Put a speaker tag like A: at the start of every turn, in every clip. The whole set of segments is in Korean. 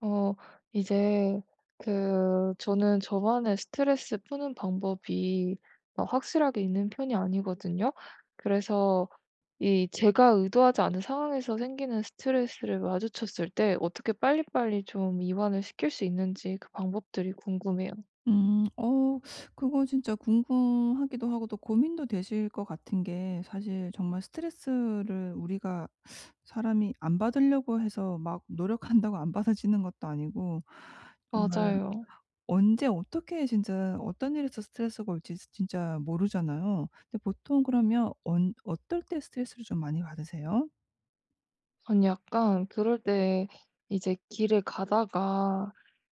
A: 어 이제 저는 저만의 스트레스 푸는 방법이 막 확실하게 있는 편이 아니거든요. 그래서 이 제가 의도하지 않은 상황에서 생기는 스트레스를 마주쳤을 때 어떻게 빨리빨리 좀 이완을 시킬 수 있는지 그 방법들이 궁금해요.
B: 음. 그거 진짜 궁금하기도 하고 또 고민도 되실 것 같은 게, 사실 정말 스트레스를 우리가 사람이 안 받으려고 해서 막 노력한다고 안 받아지는 것도 아니고, 정말
A: 맞아요.
B: 언제 어떻게 진짜 어떤 일에서 스트레스가 올지 진짜 모르잖아요. 근데 보통 그러면 언 어떨 때 스트레스를 좀 많이 받으세요?
A: 아니 약간 그럴 때 이제 길을 가다가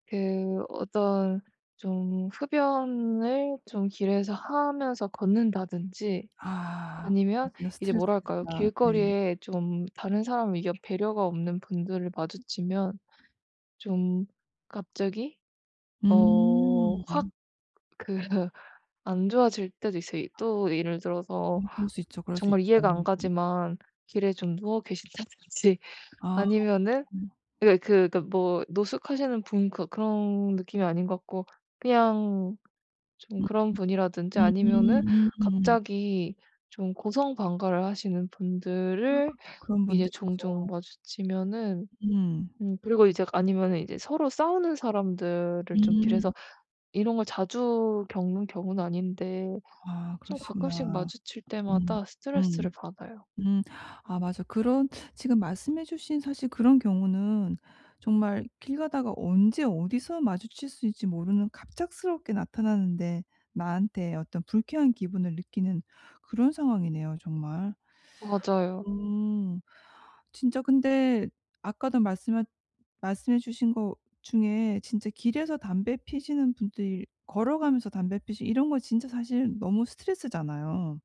A: 그 어떤 좀 흡연을 좀 길에서 하면서 걷는다든지,
B: 아,
A: 아니면
B: 진짜
A: 이제 뭐랄까요?
B: 스트레스겠다. 네.
A: 길거리에 좀 다른 사람 의견 배려가 없는 분들을 마주치면 좀 갑자기 어 확
B: 음.
A: 그 안 좋아질 때도 있어요. 또 예를 들어서
B: 그럴 수 있죠, 그럴 수
A: 정말 이해가 안
B: 있죠.
A: 가지만 길에 좀 누워 계신다든지,
B: 아.
A: 아니면은
B: 음.
A: 예, 뭐 노숙하시는 분 그 그런 느낌이 아닌 것 같고 그냥 좀 그런 분이라든지,
B: 음
A: 아니면은
B: 음.
A: 갑자기 좀 고성방가를 하시는 분들을
B: 그런
A: 이제
B: 분들 있죠.
A: 종종 마주치면은,
B: 음.
A: 그리고 이제 아니면은 이제 서로 싸우는 사람들을 좀
B: 음.
A: 길에서, 이런 걸 자주 겪는 경우는 아닌데
B: 아,
A: 좀 가끔씩
B: 그러시구나.
A: 마주칠
B: 음.
A: 때마다 스트레스를
B: 음.
A: 받아요.
B: 음. 아, 맞아. 그런 지금 말씀해 주신 사실 그런 경우는, 정말 길 가다가 언제 어디서 마주칠 수 있을지 모르는, 갑작스럽게 나타나는데 나한테 어떤 불쾌한 기분을 느끼는 그런 상황이네요, 정말.
A: 맞아요.
B: 음. 진짜 근데 아까도 말씀하 말씀해 주신 거 중에 진짜, 길에서 담배 피시는 분들 걸어가면서 담배 피시 이런 거 진짜 사실 너무 스트레스잖아요.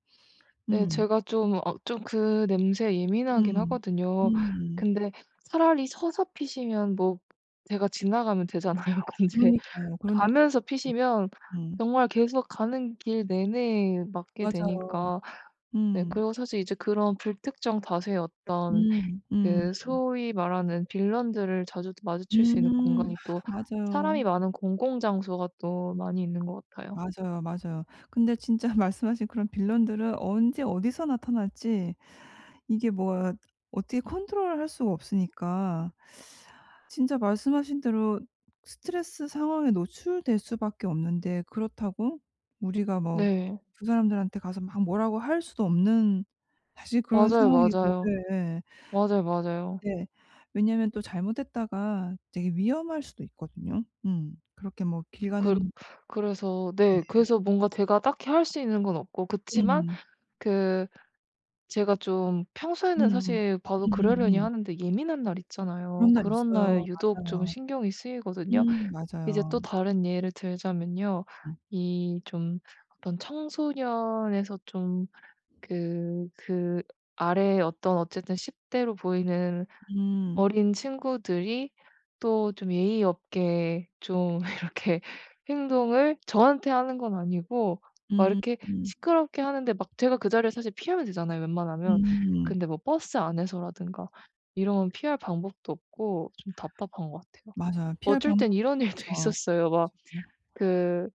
A: 네,
B: 음.
A: 제가 좀 좀 그 냄새에 예민하긴
B: 음.
A: 하거든요.
B: 음.
A: 근데 차라리 서서 피시면 뭐 제가 지나가면 되잖아요. 근데
B: 그러니까요, 그러니까요.
A: 가면서 피시면
B: 음.
A: 정말 계속 가는 길 내내 맡게
B: 맞아요.
A: 되니까. 네.
B: 음.
A: 그리고 사실 이제 그런 불특정 다수의 어떤
B: 음. 음.
A: 그 소위 말하는 빌런들을 자주 마주칠 수 있는
B: 음.
A: 공간이 또
B: 맞아요.
A: 사람이 많은 공공 장소가 또 많이 있는 것 같아요.
B: 맞아요, 맞아요. 근데 진짜 말씀하신 그런 빌런들은 언제 어디서 나타날지, 이게 뭐 어떻게 컨트롤할 수가 없으니까 진짜 말씀하신 대로 스트레스 상황에 노출될 수밖에 없는데, 그렇다고 우리가 뭐
A: 네.
B: 그 사람들한테 가서 막 뭐라고 할 수도 없는 사실 그런
A: 맞아요,
B: 상황이고.
A: 맞아요.
B: 예.
A: 맞아요, 맞아요.
B: 네. 왜냐하면 또 잘못했다가 되게 위험할 수도 있거든요. 음. 그렇게 뭐 길
A: 그
B: 가는.
A: 그래서 네.
B: 예.
A: 그래서 뭔가 제가 딱히 할 수 있는 건 없고 그치만
B: 음.
A: 그 제가 좀 평소에는
B: 음.
A: 사실 봐도 그러려니
B: 음음음.
A: 하는데 예민한 날 있잖아요.
B: 그런 날
A: 그런 날
B: 있어요.
A: 유독 좀
B: 맞아요.
A: 신경이 쓰이거든요.
B: 음.
A: 이제
B: 맞아요.
A: 또 다른 예를 들자면요.
B: 음.
A: 이 좀 어떤 청소년에서 좀 그 그 아래 어떤 어쨌든 10 대로 보이는
B: 음.
A: 어린 친구들이 또 좀 예의 없게 좀 이렇게 행동을 저한테 하는 건 아니고 막
B: 음.
A: 이렇게
B: 음.
A: 시끄럽게 하는데, 막 제가 그 자리를 사실 피하면 되잖아요, 웬만하면.
B: 음.
A: 근데 뭐 버스 안에서라든가 이런 피할 방법도 없고 좀 답답한 것 같아요.
B: 맞아요. 피할
A: 어쩔 땐
B: 방법.
A: 이런 일도
B: 그쵸.
A: 있었어요.
B: 그쵸. 네.
A: 그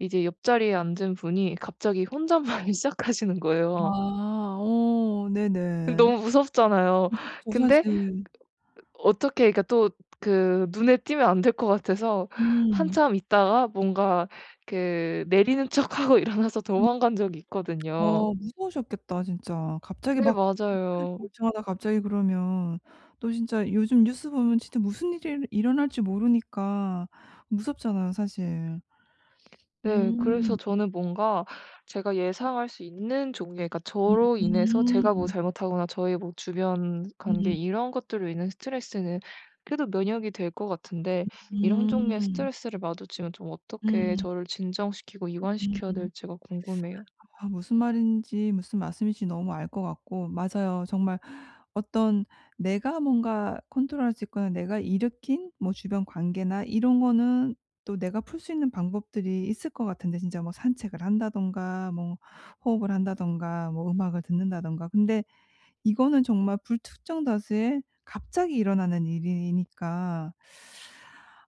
A: 이제 옆자리에 앉은 분이 갑자기 혼잣말을 시작하시는 거예요.
B: 아. 네네.
A: 너무 무섭잖아요.
B: 무섭죠,
A: 근데
B: 사실.
A: 어떻게, 그러니까 또 그 눈에 띄면 안 될 것 같아서
B: 음.
A: 한참 있다가 뭔가 그 내리는 척하고 일어나서
B: 음.
A: 도망간 적이 있거든요.
B: 무서우셨겠다, 진짜. 갑자기
A: 네,
B: 막
A: 맞아요.
B: 멀쩡하다 갑자기 그러면, 또 진짜 요즘 뉴스 보면 진짜 무슨 일이 일어날지 모르니까 무섭잖아요, 사실.
A: 네. 그래서
B: 음.
A: 저는 뭔가 제가 예상할 수 있는 종류의, 그러니까
B: 음.
A: 저로 인해서 제가 뭐 잘못하거나 저의 뭐 주변 관계
B: 음.
A: 이런 것들로 인한 스트레스는 그래도 면역이 될 것 같은데, 이런 종류의
B: 음.
A: 스트레스를 마주치면 좀 어떻게
B: 음.
A: 저를 진정시키고 이완시켜야
B: 음.
A: 될지가 궁금해요.
B: 아, 무슨 말씀인지 너무 알 것 같고, 맞아요. 정말 어떤, 내가 뭔가 컨트롤할 수 있거나 내가 일으킨 뭐 주변 관계나 이런 거는 또 내가 풀 수 있는 방법들이 있을 것 같은데, 진짜 뭐 산책을 한다든가 뭐 호흡을 한다든가 뭐 음악을 듣는다든가. 근데 이거는 정말 불특정 다수의 갑자기 일어나는 일이니까,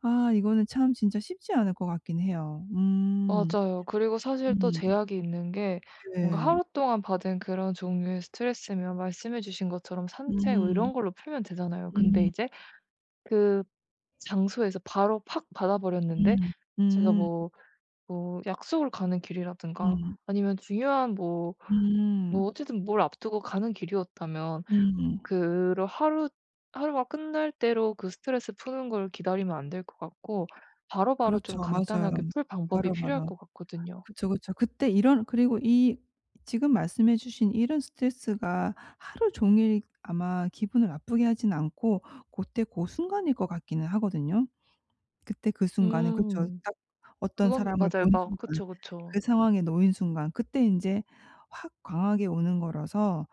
B: 아 이거는 참 진짜 쉽지 않을 것 같긴 해요. 음.
A: 맞아요. 그리고 사실 또
B: 음.
A: 제약이 있는 게, 뭔가
B: 네.
A: 하루 동안 받은 그런 종류의 스트레스면 말씀해 주신 것처럼 산책 뭐
B: 음.
A: 이런 걸로 풀면 되잖아요. 근데
B: 음.
A: 이제 그 장소에서 바로 팍 받아 버렸는데
B: 음.
A: 제가
B: 음.
A: 뭐 뭐 약속을 가는 길이라든가
B: 음.
A: 아니면 중요한 뭐
B: 음.
A: 뭐 어쨌든 뭘 앞두고 가는 길이었다면
B: 음.
A: 그 하루가 끝날 때로 그 스트레스 푸는 걸 기다리면 안 될 것 같고, 바로바로 좀
B: 그렇죠. 맞아요.
A: 간단하게 풀 방법이 필요할
B: 바로바로.
A: 것 같거든요.
B: 그쵸, 그쵸. 그때 이런 그리고 이 지금 말씀해 주신 이런 스트레스가 하루 종일 아마 기분을 나쁘게 하진 않고 고때 고 순간일 것 같기는 하거든요. 그때 그 순간에, 그쵸.
A: 음.
B: 딱 어떤
A: 그건
B: 사람을
A: 맞아요.
B: 본
A: 막
B: 순간,
A: 그쵸, 그쵸.
B: 그 상황에 놓인 순간, 그때 인제 확 강하게 오는 거라서,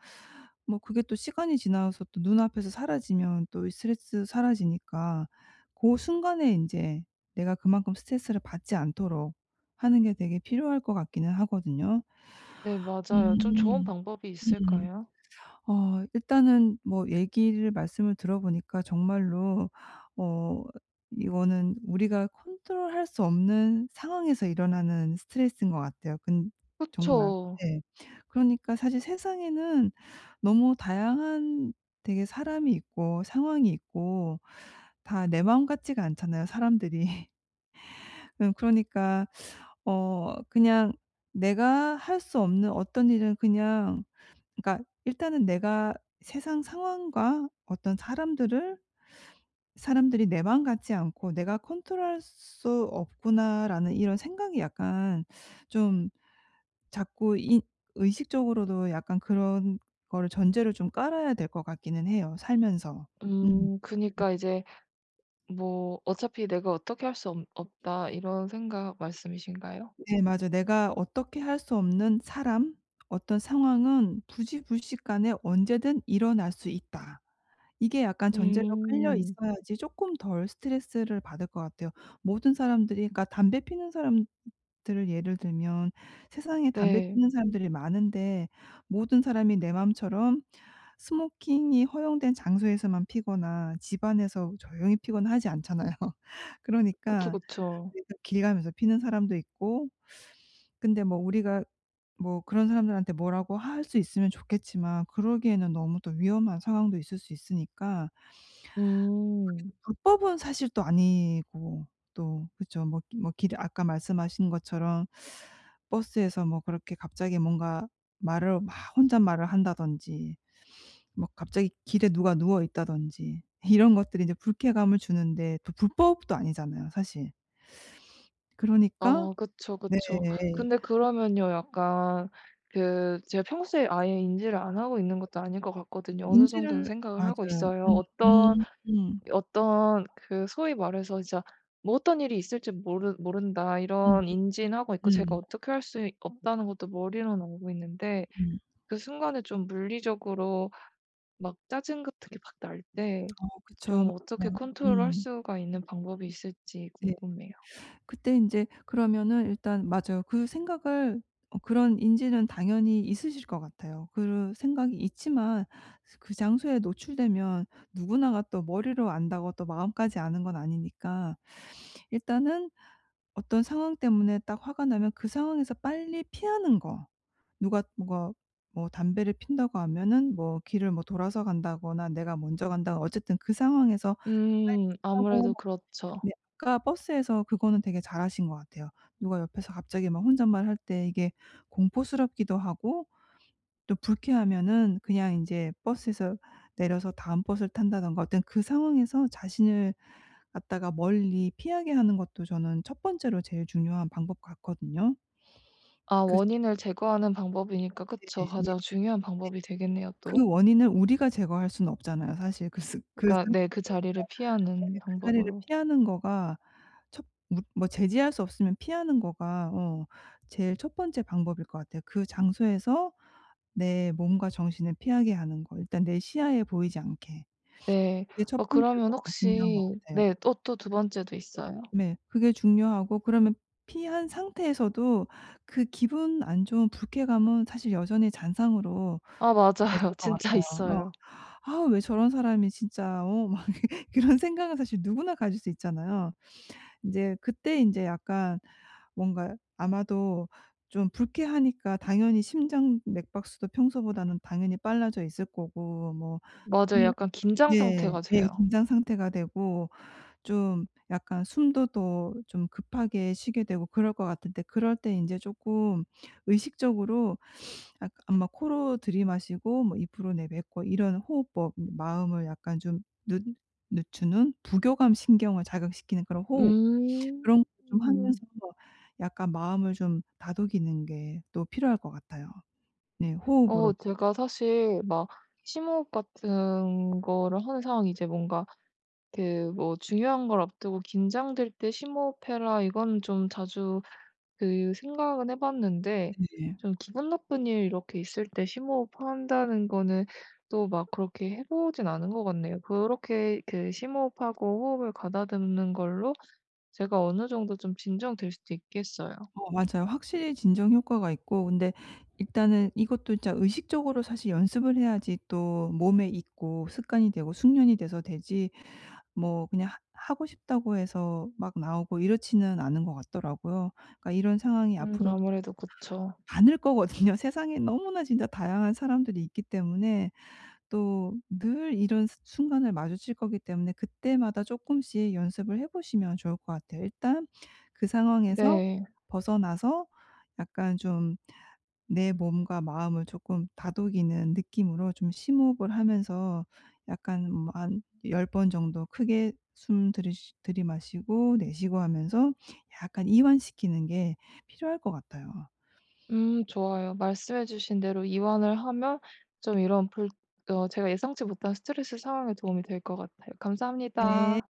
B: 뭐 그게 또 시간이 지나서 또 눈앞에서 사라지면 또 이 스트레스 사라지니까, 고 순간에 인제 내가 그만큼 스트레스를 받지 않도록 하는 게 되게 필요할 것 같기는 하거든요.
A: 네, 맞아요. 좀 좋은
B: 음.
A: 방법이
B: 음.
A: 있을까요?
B: 일단은 뭐 얘기를 말씀을 들어보니까 정말로, 어, 이거는 우리가 컨트롤할 수 없는 상황에서 일어나는 스트레스인 것 같아요. 근 정말.
A: 그쵸.
B: 네. 그러니까 사실 세상에는 너무 다양한, 되게 사람이 있고 상황이 있고 다 내 마음 같지가 않잖아요, 사람들이. 그러니까 그냥 내가 할 수 없는 어떤 일은, 그냥, 그러니까 일단은 내가 세상 상황과 어떤 사람들을 사람들이 내 마음 같지 않고 '내가 컨트롤할 수 없구나.'라는 이런 생각이, 약간 좀 자꾸 이 의식적으로도 약간 그런 거를 전제를 좀 깔아야 될 것 같기는 해요, 살면서. 음.
A: 음, 그니까 이제 뭐 '어차피 내가 어떻게 할 수 없다' 이런 생각 말씀이신가요?
B: 네, 맞아요. 내가 어떻게 할 수 없는 사람, 어떤 상황은 부지불식간에 언제든 일어날 수 있다. 이게 약간 전제로 깔려
A: 음.
B: 있어야지 쪼끔 덜 스트레스를 받을 것 같아요. 모든 사람들이 그러니까, 담배 피는 사람들을 예를 들면, 세상에 담배
A: 네.
B: 피는 사람들이 많은데 모든 사람이 내 마음처럼 스모킹이 허용된 장소에서만 피거나 집 안에서 조용히 피거나 하지 않잖아요.
A: 그쵸,
B: 그러니까
A: 그쵸.
B: 일단 길 가면서 피는 사람도 있고, 근데 뭐 우리가 뭐 그런 사람들한테 뭐라고 할 수 있으면 좋겠지만 그러기에는 너무 또 위험한 상황도 있을 수 있으니까, 그게
A: 음.
B: 또 불법은 사실 또 아니고. 또 그죠. 뭐 길 아까 말씀하신 것처럼 버스에서 뭐 그렇게 갑자기 뭔가 말을 막 혼잣말을 한다든지, 뭐 갑자기 길에 누가 누워 있다든지 이런 것들이 인제 불쾌감을 주는데, 또 불법도 아니잖아요, 사실. 그러니까.
A: 어 그쵸,
B: 네.
A: 그쵸. 근데 그러면요, 약간 제가 평소에 아예 인지를 안 하고 있는 것도 아닌 것 같거든요. 어느 정도는
B: 인지를.
A: 생각을 하고
B: 맞아요.
A: 있어요.
B: 음 음.
A: 어떤 그 소위 말해서 진짜 뭐 '어떤 일이 있을지 모르 모른다.'
B: 음음
A: 이런 인지는 하고 있고, 제가
B: 음.
A: 어떻게 할 수 없다는 것도 머리로는 알고 있는데,
B: 음.
A: 그 순간에 좀 물리적으로 막 짜증 같은 게 막 날 때
B: 그쵸.
A: 좀 어떻게
B: 맞아요.
A: 컨트롤할
B: 음.
A: 수가 있는 방법이 있을지
B: 예.
A: 궁금해요.
B: 그때 인제 그러면은 일단, 맞아요. 그 생각을 어 그런 인지는 당연히 있으실 것 같아요. 그 생각이 있지만, 그 장소에 노출되면 누구나가 또 머리로 안다고 또 마음까지 아는 건 아니니까, 일단은 어떤 상황 때문에 딱 화가 나면 그 상황에서 빨리 피하는 거. 누가 뭐가 뭐 담배를 핀다고 하면은 뭐 길을 뭐 돌아서 간다거나 내가 먼저 간다거나 어쨌든 그 상황에서 빨리
A: 음,
B: 피하고.
A: 아무래도
B: 네.
A: 그렇죠.
B: 아까 버스에서 그거는 되게 잘하신 것 같아요. 누가 옆에서 갑자기 막 혼잣말할 때, 이게 공포스럽기도 하고 또 불쾌하면은 그냥 인제 버스에서 내려서 다음 버스를 탄다든가, 어떤 그 상황에서 자신을 갖다가 멀리 피하게 하는 것도, 저는 첫 번째로 제일 중요한 방법 같거든요.
A: 아,
B: 글쎄.
A: 원인을 제거하는 방법이니까 그쵸.
B: 네.
A: 가장 중요한 방법이 되겠네요
B: 그
A: 또.
B: 원인을 우리가 제거할 수는 없잖아요. 사실 그 스 그
A: 그러니까
B: 상
A: 네, 그 자리를
B: 네.
A: 피하는
B: 그 자리를
A: 방법으로.
B: 피하는 거가 첫 무 뭐 제지할 수 없으면 피하는 거가 제일 첫 번째 방법일 것 같아요. 그 장소에서 내 몸과 정신을 피하게 하는 거. 일단 내 시야에 보이지 않게.
A: 네.
B: 그게
A: 어,
B: 첫 번째로
A: 그러면
B: 중요한 것
A: 혹시
B: 같아요.
A: 네 또 두 번째도 있어요.
B: 네. 그게 중요하고, 그러면 피한 상태에서도 그 기분 안 좋은 불쾌감은 사실 여전히 잔상으로
A: 아,
B: 남아
A: 맞아요.
B: 있을 것
A: 진짜
B: 같아요. 어.
A: 있어요.
B: '아 왜 저런 사람이 진짜 어.' 막 그런 생각은 사실 누구나 가질 수 있잖아요. 인제 그때 인제 약간 뭔가 아마도 좀 불쾌하니까 당연히 심장 맥박수도 평소보다는 당연히 빨라져 있을 거고, 뭐.
A: 맞아요.
B: 네.
A: 약간 긴장
B: 네.
A: 상태가
B: 예,
A: 돼요.
B: 긴장 상태가 되고 좀 약간 숨도 더 좀 급하게 쉬게 되고 그럴 것 같은데, 그럴 때 인제 쪼끔 의식적으로 약 아마 코로 들이마시고 뭐 입으로 내뱉고 이런 호흡법, 마음을 약간 좀 늦 늦추는 부교감 신경을 자극시키는 그런 호흡,
A: 음.
B: 그런 걸 좀 하면서 약간 마음을 좀 다독이는 게 또 필요할 것 같아요. 네. 호흡으로.
A: 어, 제가 사실 막 심호흡 같은 거를 하는 상황이 이제 뭔가 뭐 중요한 걸 앞두고 긴장될 때 "심호흡해라." 이건 좀 자주 그 생각은 해 봤는데,
B: 네.
A: 좀 기분 나쁜 일 이렇게 있을 때 심호흡한다는 거는 또 막 그렇게 해 보진 않은 것 같네요. 그렇게 그 심호흡하고 호흡을 가다듬는 걸로 제가 어느 정도 좀 진정될 수도 있겠어요.
B: 맞아요. 확실히 진정 효과가 있고, 근데 일단은 이것도 진짜 의식적으로 사실 연습을 해야지 또 몸에 익고 습관이 되고 숙련이 돼서 되지, 뭐 그냥 하 하고 싶다고 해서 막 나오고 이렇지는 않은 것 같더라고요. 그러니까 이런 상황이
A: 음,
B: 앞으로도
A: 아무래도 그쵸.
B: 많을 거거든요. 세상에 너무나 진짜 다양한 사람들이 있기 때문에 또 늘 이런 스 순간을 마주칠 거기 때문에, 그때마다 조금씩 연습을 해 보시면 좋을 것 같아요. 일단 그 상황에서
A: 네.
B: 벗어나서 약간 좀 내 몸과 마음을 조금 다독이는 느낌으로 좀 심호흡을 하면서 약간 뭐 한 10번 정도 크게 숨 들이마시고 내쉬고 하면서 약간 이완시키는 게 필요할 것 같아요.
A: 음, 좋아요. 말씀해 주신 대로 이완을 하면 좀 이런 불 어 제가 예상치 못한 스트레스 상황에 도움이 될 것 같아요.
B: 네.
A: 감사합니다.